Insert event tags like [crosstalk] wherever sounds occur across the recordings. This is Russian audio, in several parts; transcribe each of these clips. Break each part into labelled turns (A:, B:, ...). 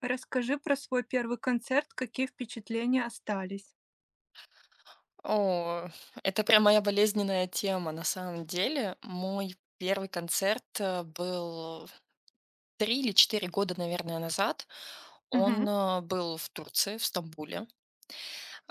A: Расскажи про свой первый концерт, какие впечатления остались?
B: О, это прям моя болезненная тема на самом деле. Мой первый концерт был 3 или 4 года, наверное, назад.
A: Мгм,
B: Он был в Турции, в Стамбуле.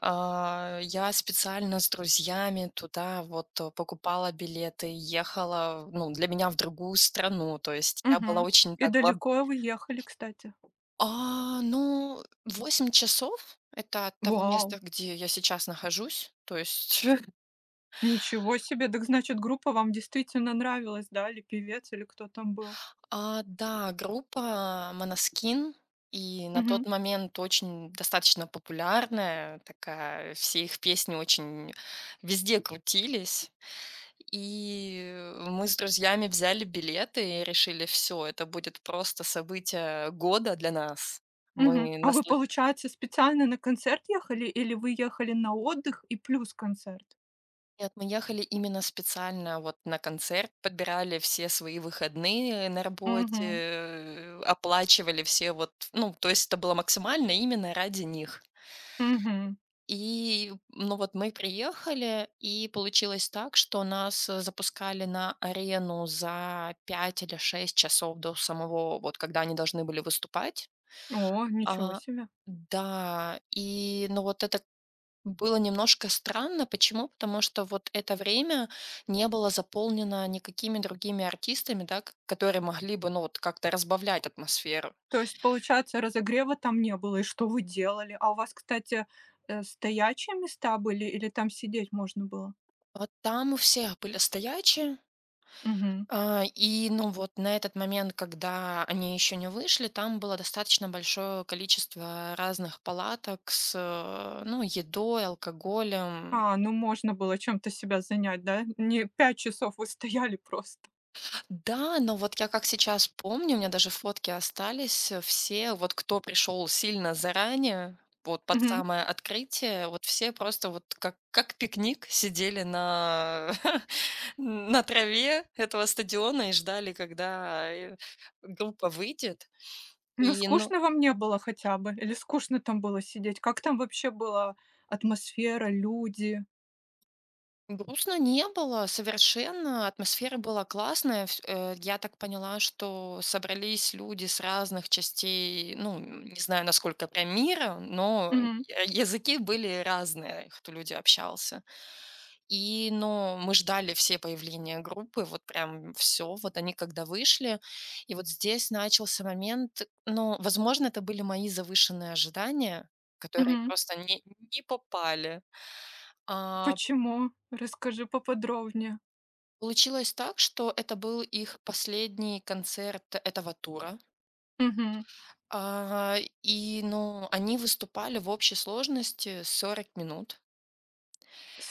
B: Я специально с друзьями туда вот покупала билеты, ехала, ну, для меня в другую страну. То есть я была
A: мгм.
B: очень
A: И
B: так.
A: далеко вы ехали, кстати?
B: Ну, 8 часов это от того
A: Вау!
B: места, где я сейчас нахожусь. То есть [laughs]
A: Ничего себе! Так значит, группа вам действительно нравилась, да, или певец, или кто там был?
B: Да, группа "Måneskin", и на
A: Мгм,
B: тот момент очень достаточно популярная такая, все их песни очень везде крутились. И мы с друзьями взяли билеты и решили: все, это будет просто событие года для нас".
A: мгм.
B: Мы
A: А вы,
B: насла
A: получается, специально на концерт ехали или вы ехали на отдых и плюс концерт?
B: Нет, мы ехали именно специально вот на концерт, подбирали все свои выходные на работе,
A: Мгм,
B: оплачивали все вот, ну, то есть это было максимально именно ради них.
A: мгм.
B: И, ну вот мы приехали, и получилось так, что нас запускали на арену за 5 или 6 часов до самого, вот когда они должны были выступать.
A: О, ничего
B: А,
A: себе!
B: да, и ну вот это было немножко странно. Почему? Потому что вот это время не было заполнено никакими другими артистами, да, которые могли бы, ну, вот как-то разбавлять атмосферу.
A: То есть, получается, разогрева там не было. И что вы делали? А у вас, кстати, стоячие места были или там сидеть можно было?
B: Вот там у всех были стоячие,
A: Мгм.
B: а, и, ну, вот на этот момент, когда они еще не вышли, там было достаточно большое количество разных палаток с, ну, едой, алкоголем.
A: А, ну можно было чем-то себя занять, да? Не 5 часов вы стояли просто.
B: Да, но вот я как сейчас помню, у меня даже фотки остались, все, вот кто пришел сильно заранее, вот под
A: Мгм.
B: самое открытие, вот все просто вот как пикник сидели на [laughs] на траве этого стадиона и ждали, когда группа выйдет.
A: Ну,
B: И, ну,
A: скучно вам не было хотя бы? Или скучно там было сидеть? Как там вообще была атмосфера, люди?
B: грустно не было совершенно, атмосфера была классная. Я так поняла, что собрались люди с разных частей, ну, не знаю, насколько прям мира, но
A: Мгм.
B: языки были разные, кто люди общался. И, но мы ждали все появления группы, вот прям все, вот они когда вышли. И вот здесь начался момент, ну, возможно, это были мои завышенные ожидания, которые
A: Мгм.
B: просто не попали. А,
A: Почему? Расскажи поподробнее.
B: Получилось так, что это был их последний концерт этого тура.
A: Мгм.
B: А, и, ну, они выступали в общей сложности 40 минут.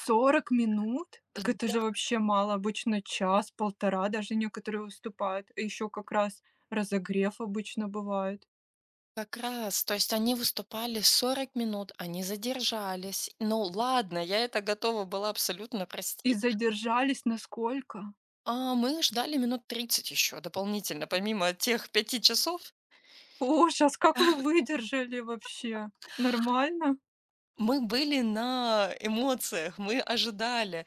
A: 40 минут? Так это
B: Да,
A: же вообще мало. Обычно час, полтора, даже некоторые уступают. А еще как раз разогрев обычно бывает.
B: как раз. То есть они выступали 40 минут, они задержались. Ну ладно, я это готова была абсолютно
A: И
B: простить.
A: задержались на сколько?
B: А мы ждали минут 30 еще дополнительно, помимо тех 5 часов.
A: Ужас, как вы выдержали вообще? Нормально?
B: Мы были на эмоциях, мы ожидали.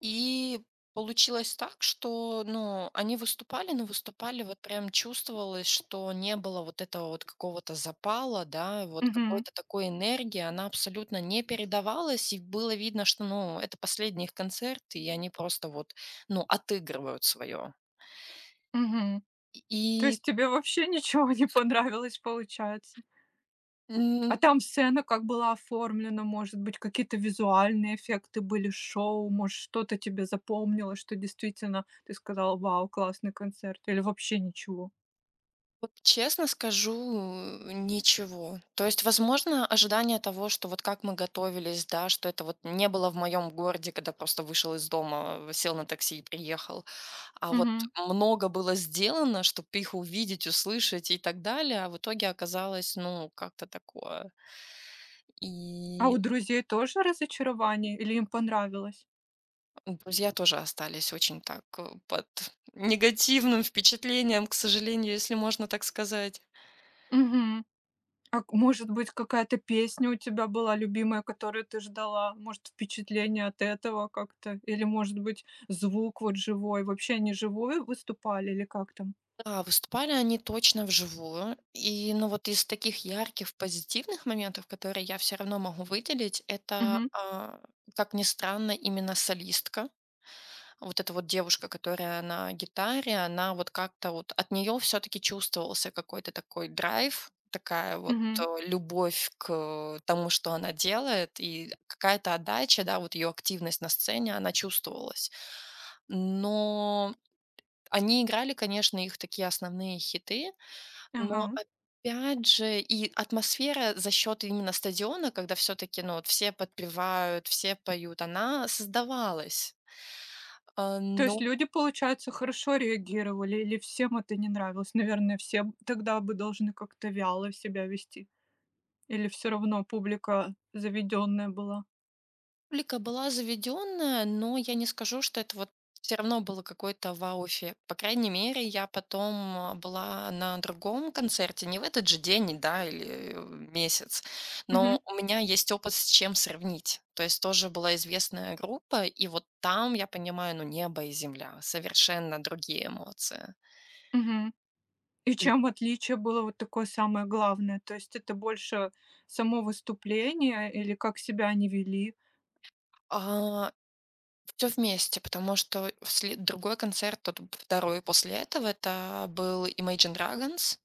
B: И получилось так, что, ну, они выступали, но выступали, вот прям чувствовалось, что не было вот этого вот какого-то запала, да, вот
A: Угу.
B: какой-то такой энергии, она абсолютно не передавалась, и было видно, что, ну, это последний их концерт, и они просто вот, ну, отыгрывают свое.
A: Угу. То
B: И,
A: есть тебе вообще ничего не понравилось, получается? А там сцена как была оформлена, может быть, какие-то визуальные эффекты были, шоу, может, что-то тебе запомнилось, что действительно ты сказал: "Вау, классный концерт", или вообще ничего?
B: вот честно скажу, ничего. То есть, возможно, ожидание того, что вот как мы готовились, да, что это вот не было в моем городе, когда просто вышел из дома, сел на такси и приехал. А вот
A: Мгм.
B: много было сделано, чтобы их увидеть, услышать и так далее, а в итоге оказалось, ну, как-то такое.
A: А
B: И
A: у друзей тоже разочарование или им понравилось?
B: друзья тоже остались очень так под негативным впечатлением, к сожалению, если можно так сказать.
A: Мгм. А к может быть, какая-то песня у тебя была любимая, которую ты ждала? Может, впечатление от этого как-то? Или, может быть, звук вот живой? Вообще они живую выступали или как там?
B: Да, выступали они точно вживую. И, ну, вот из таких ярких позитивных моментов, которые я все равно могу выделить, это,
A: Мгм,
B: а, как ни странно, именно солистка. Вот эта вот девушка, которая на гитаре, она вот как-то вот от нее все таки чувствовался какой-то такой драйв, такая вот,
A: мгм.
B: любовь к тому, что она делает, и какая-то отдача, да, вот ее активность на сцене, она чувствовалась. Но они играли, конечно, их такие основные хиты, но
A: Ага.
B: опять же и атмосфера за счет именно стадиона, когда все-таки, ну, вот все подпевают, все поют, она создавалась. А,
A: То есть
B: но
A: люди, получается, хорошо реагировали или всем это не нравилось? Наверное, все б тогда бы должны как-то вяло себя вести. Или все равно публика заведенная была?
B: Публика была заведенная, но я не скажу, что это вот все равно было какой-то вау-эффект. По крайней мере, я потом была на другом концерте, не в этот же день, да, или месяц,
A: Мгм,
B: но у меня есть опыт с чем сравнить. То есть тоже была известная группа, и вот там я понимаю, ну, небо и земля, совершенно другие эмоции.
A: мгм. И
B: И
A: чем отличие было вот такое самое главное? То есть это больше само выступление или как себя они вели?
B: все вместе, потому что другой концерт, тот второй после этого, это был Imagine Dragons.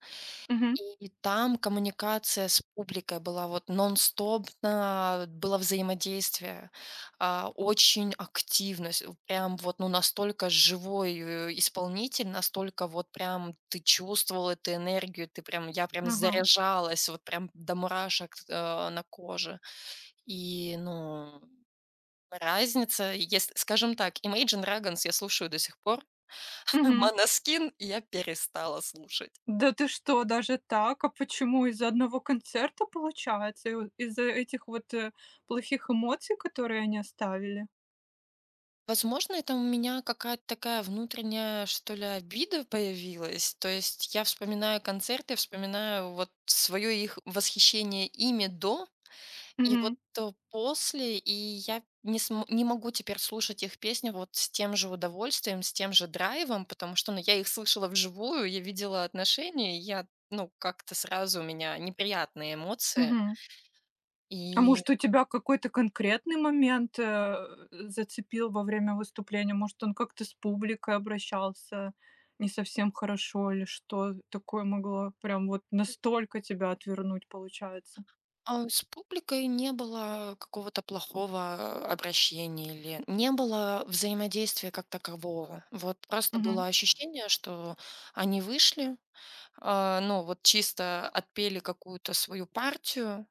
A: Мгм,
B: И там коммуникация с публикой была вот нон-стопно, было взаимодействие, очень активность, прям вот ну, настолько живой исполнитель, настолько вот прям ты чувствовал эту энергию, ты прям, я прям
A: ага,
B: заряжалась, вот прям до мурашек на коже. И, ну, разница, если, скажем так, Imagine Dragons я слушаю до сих пор, [laughs]
A: мгм.
B: Манаскин я перестала слушать.
A: Да ты что, даже так? А почему? Из-за одного концерта, получается? И вот из-за этих вот, плохих эмоций, которые они оставили?
B: Возможно, это у меня какая-то такая внутренняя, что ли, обида появилась. То есть я вспоминаю концерты, вспоминаю вот свое их восхищение ими до, и вот
A: Мгм.
B: после, и я не, не могу теперь слушать их песни вот с тем же удовольствием, с тем же драйвом, потому что ну, я их слышала вживую, я видела отношения, и я, ну, как-то сразу у меня неприятные эмоции.
A: Мгм. А
B: И
A: может, у тебя какой-то конкретный момент, зацепил во время выступления? Может, он как-то с публикой обращался не совсем хорошо или что такое могло прям вот настолько тебя отвернуть, получается?
B: С публикой не было какого-то плохого обращения или не было взаимодействия как такового. Вот просто
A: Мгм.
B: было ощущение, что они вышли, ну вот чисто отпели какую-то свою партию,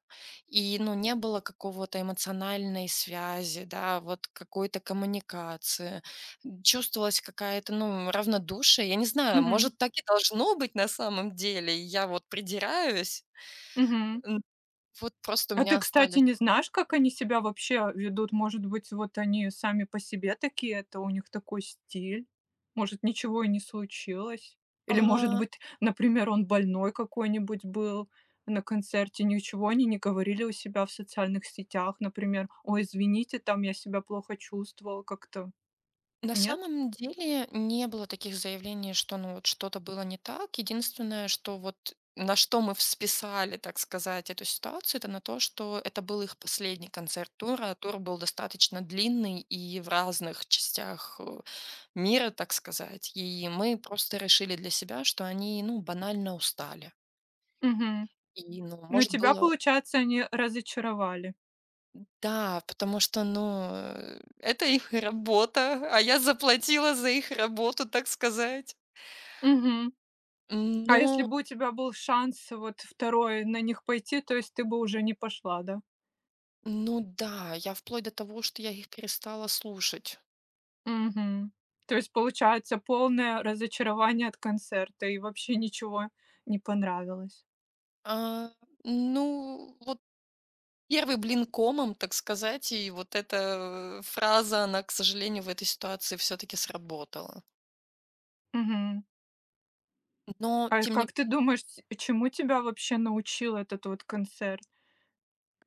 B: и ну не было какого-то эмоциональной связи, да, вот какой-то коммуникации. Чувствовалась какая-то, ну, равнодушие. Я не знаю,
A: Мгм.
B: может, так и должно быть на самом деле. И я вот придираюсь.
A: Мгм.
B: Н- Вот просто у
A: А
B: меня
A: ты, кстати,
B: остались.
A: не знаешь, как они себя вообще ведут? Может быть, вот они сами по себе такие, это у них такой стиль? Может, ничего и не случилось? Или, может
B: А,
A: быть, например, он больной какой-нибудь был на концерте, ничего они не говорили у себя в социальных сетях, например: "Ой, извините, там я себя плохо чувствовал как-то".
B: на
A: Нет?
B: самом деле не было таких заявлений, что ну вот что-то было не так. Единственное, что вот на что мы в списали, так сказать, эту ситуацию, это на то, что это был их последний концерт тура. Тур был достаточно длинный и в разных частях мира, так сказать. И мы просто решили для себя, что они, ну, банально устали.
A: Угу.
B: И, ну,
A: Но
B: может
A: тебя,
B: было.
A: получается, они разочаровали.
B: Да, потому что, ну, это их работа, а я заплатила за их работу, так сказать.
A: Угу. А
B: Ну
A: если бы у тебя был шанс вот второй на них пойти, то есть ты бы уже не пошла, да?
B: ну да, я вплоть до того, что я их перестала слушать.
A: Мгм. То есть получается полное разочарование от концерта и вообще ничего не понравилось.
B: А, ну, вот первый блин комом, так сказать, и вот эта фраза, она, к сожалению, в этой ситуации все таки сработала.
A: Мгм.
B: Но
A: А
B: тем
A: как
B: не.
A: ты думаешь, ц чему тебя вообще научил этот вот концерт?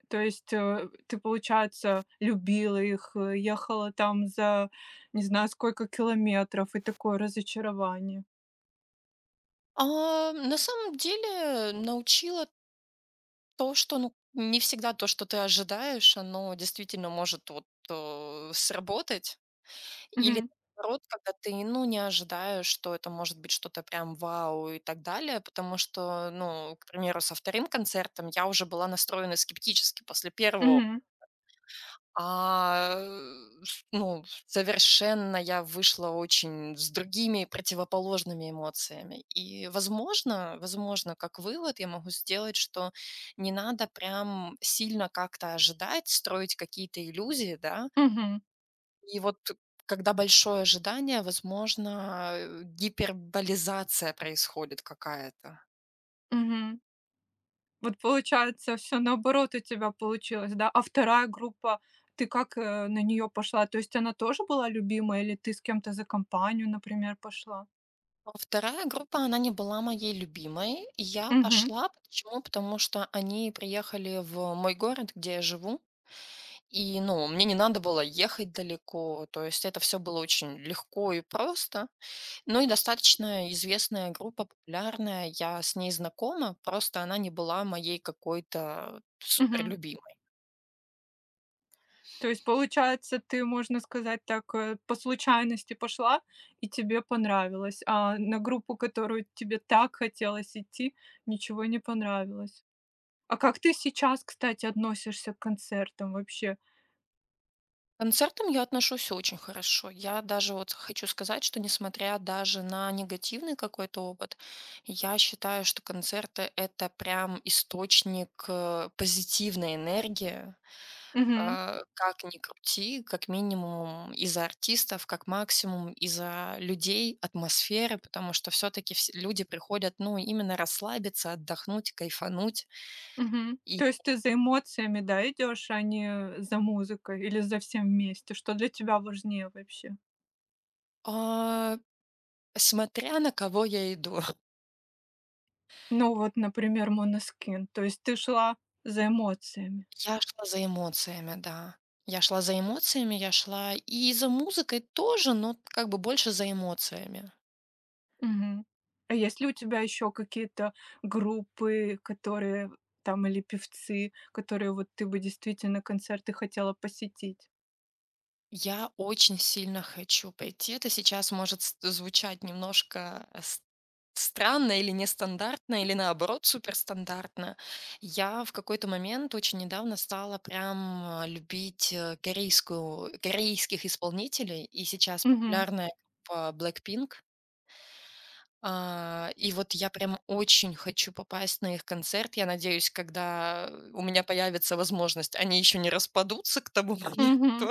A: То есть, ты, получается, любила их, ехала там за не знаю сколько километров и такое разочарование.
B: На самом деле научила то, что, ну, не всегда то, что ты ожидаешь, оно действительно может вот, сработать. Или
A: Мгм.
B: наоборот, когда ты, ну, не ожидаешь, что это может быть что-то прям вау и так далее, потому что, ну, к примеру, со вторым концертом я уже была настроена скептически после первого.
A: Мгм.
B: А, э, с Ну, совершенно я вышла очень с другими противоположными эмоциями. И, возможно, как вывод я могу сделать, что не надо прям сильно как-то ожидать, строить какие-то иллюзии, да.
A: Мгм.
B: И вот когда большое ожидание, возможно, гиперболизация происходит какая-то.
A: Мгм. Вот получается, все наоборот у тебя получилось, да? А вторая группа, ты как, на нее пошла? То есть она тоже была любимая или ты с кем-то за компанию, например, пошла?
B: А вторая группа, она не была моей любимой. И я
A: Мгм,
B: пошла, почему? Потому что они приехали в мой город, где я живу, и, ну, мне не надо было ехать далеко, то есть это все было очень легко и просто. Ну и достаточно известная группа, популярная, я с ней знакома, просто она не была моей какой-то
A: мгм.
B: суперлюбимой.
A: То есть, получается, ты, можно сказать так, по случайности пошла и тебе понравилось, а на группу, которую тебе так хотелось идти, ничего не понравилось. А как ты сейчас, кстати, относишься к концертам вообще?
B: К концертам я отношусь очень хорошо. Я даже вот хочу сказать, что несмотря даже на негативный какой-то опыт, я считаю, что концерты это прям источник позитивной энергии.
A: Мгм.
B: Как ни крути, как минимум из-за артистов, как максимум из-за людей, атмосферы, потому что все-таки люди приходят, ну, именно расслабиться, отдохнуть, кайфануть.
A: Мгм.
B: И
A: То есть ты за эмоциями, да, идешь, а не за музыкой или за всем вместе? Что для тебя важнее вообще?
B: а, Смотря на кого я иду.
A: Ну вот, например, Måneskin. То есть ты шла за эмоциями.
B: Я шла за эмоциями, да. Я шла за эмоциями, я шла и за музыкой тоже, но как бы больше за эмоциями.
A: Мгм. А есть ли у тебя еще какие-то группы, которые там или певцы, которые вот ты бы действительно концерты хотела посетить?
B: Я очень сильно хочу пойти. Это сейчас может звучать немножко странно или нестандартно, или наоборот суперстандартно. Я в какой-то момент очень недавно стала прям любить корейскую, корейских исполнителей, и сейчас
A: Мгм.
B: популярная группа Blackpink. И вот я прям очень хочу попасть на их концерт. Я надеюсь, когда у меня появится возможность, они еще не распадутся к тому моменту.
A: Мгм.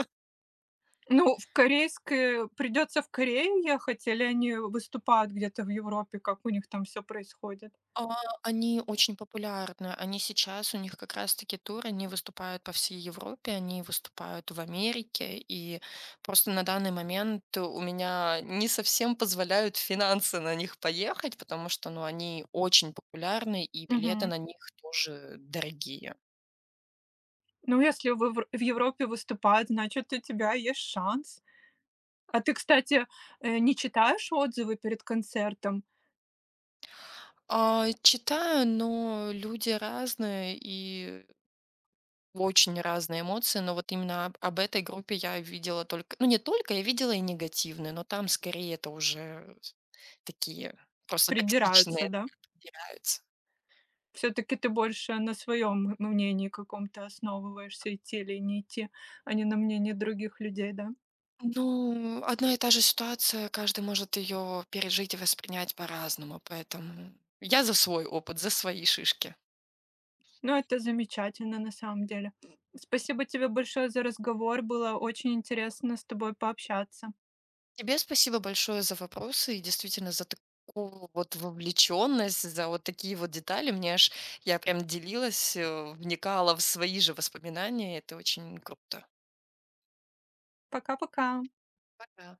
A: Ну, в корейское придется в Корею ехать или они выступают где-то в Европе? Как у них там все происходит?
B: А, Они очень популярны. Они сейчас, у них как раз-таки тур, они выступают по всей Европе, они выступают в Америке. И просто на данный момент у меня не совсем позволяют финансы на них поехать, потому что ну, они очень популярны, и билеты
A: Мгм.
B: на них тоже дорогие.
A: Ну, если вы в Европе выступают, значит, у тебя есть шанс. А ты, кстати, не читаешь отзывы перед концертом?
B: Читаю, но люди разные и очень разные эмоции, но вот именно об этой группе я видела только, ну не только, я видела и негативные, но там скорее это уже такие просто
A: Придираются,
B: токсичные
A: да?
B: подбираются.
A: Все таки ты больше на своем мнении каком-то основываешься, идти или не идти, а не на мнении других людей, да?
B: Ну, одна и та же ситуация, каждый может ее пережить и воспринять по-разному, поэтому я за свой опыт, за свои шишки.
A: Ну, это замечательно, на самом деле. Спасибо тебе большое за разговор. Было очень интересно с тобой пообщаться.
B: Тебе спасибо большое за вопросы и действительно за такую вот вовлеченность, за вот такие вот детали. Мне аж я прям делилась, вникала в свои же воспоминания. Это очень круто.
A: Пока-пока.
B: Пока.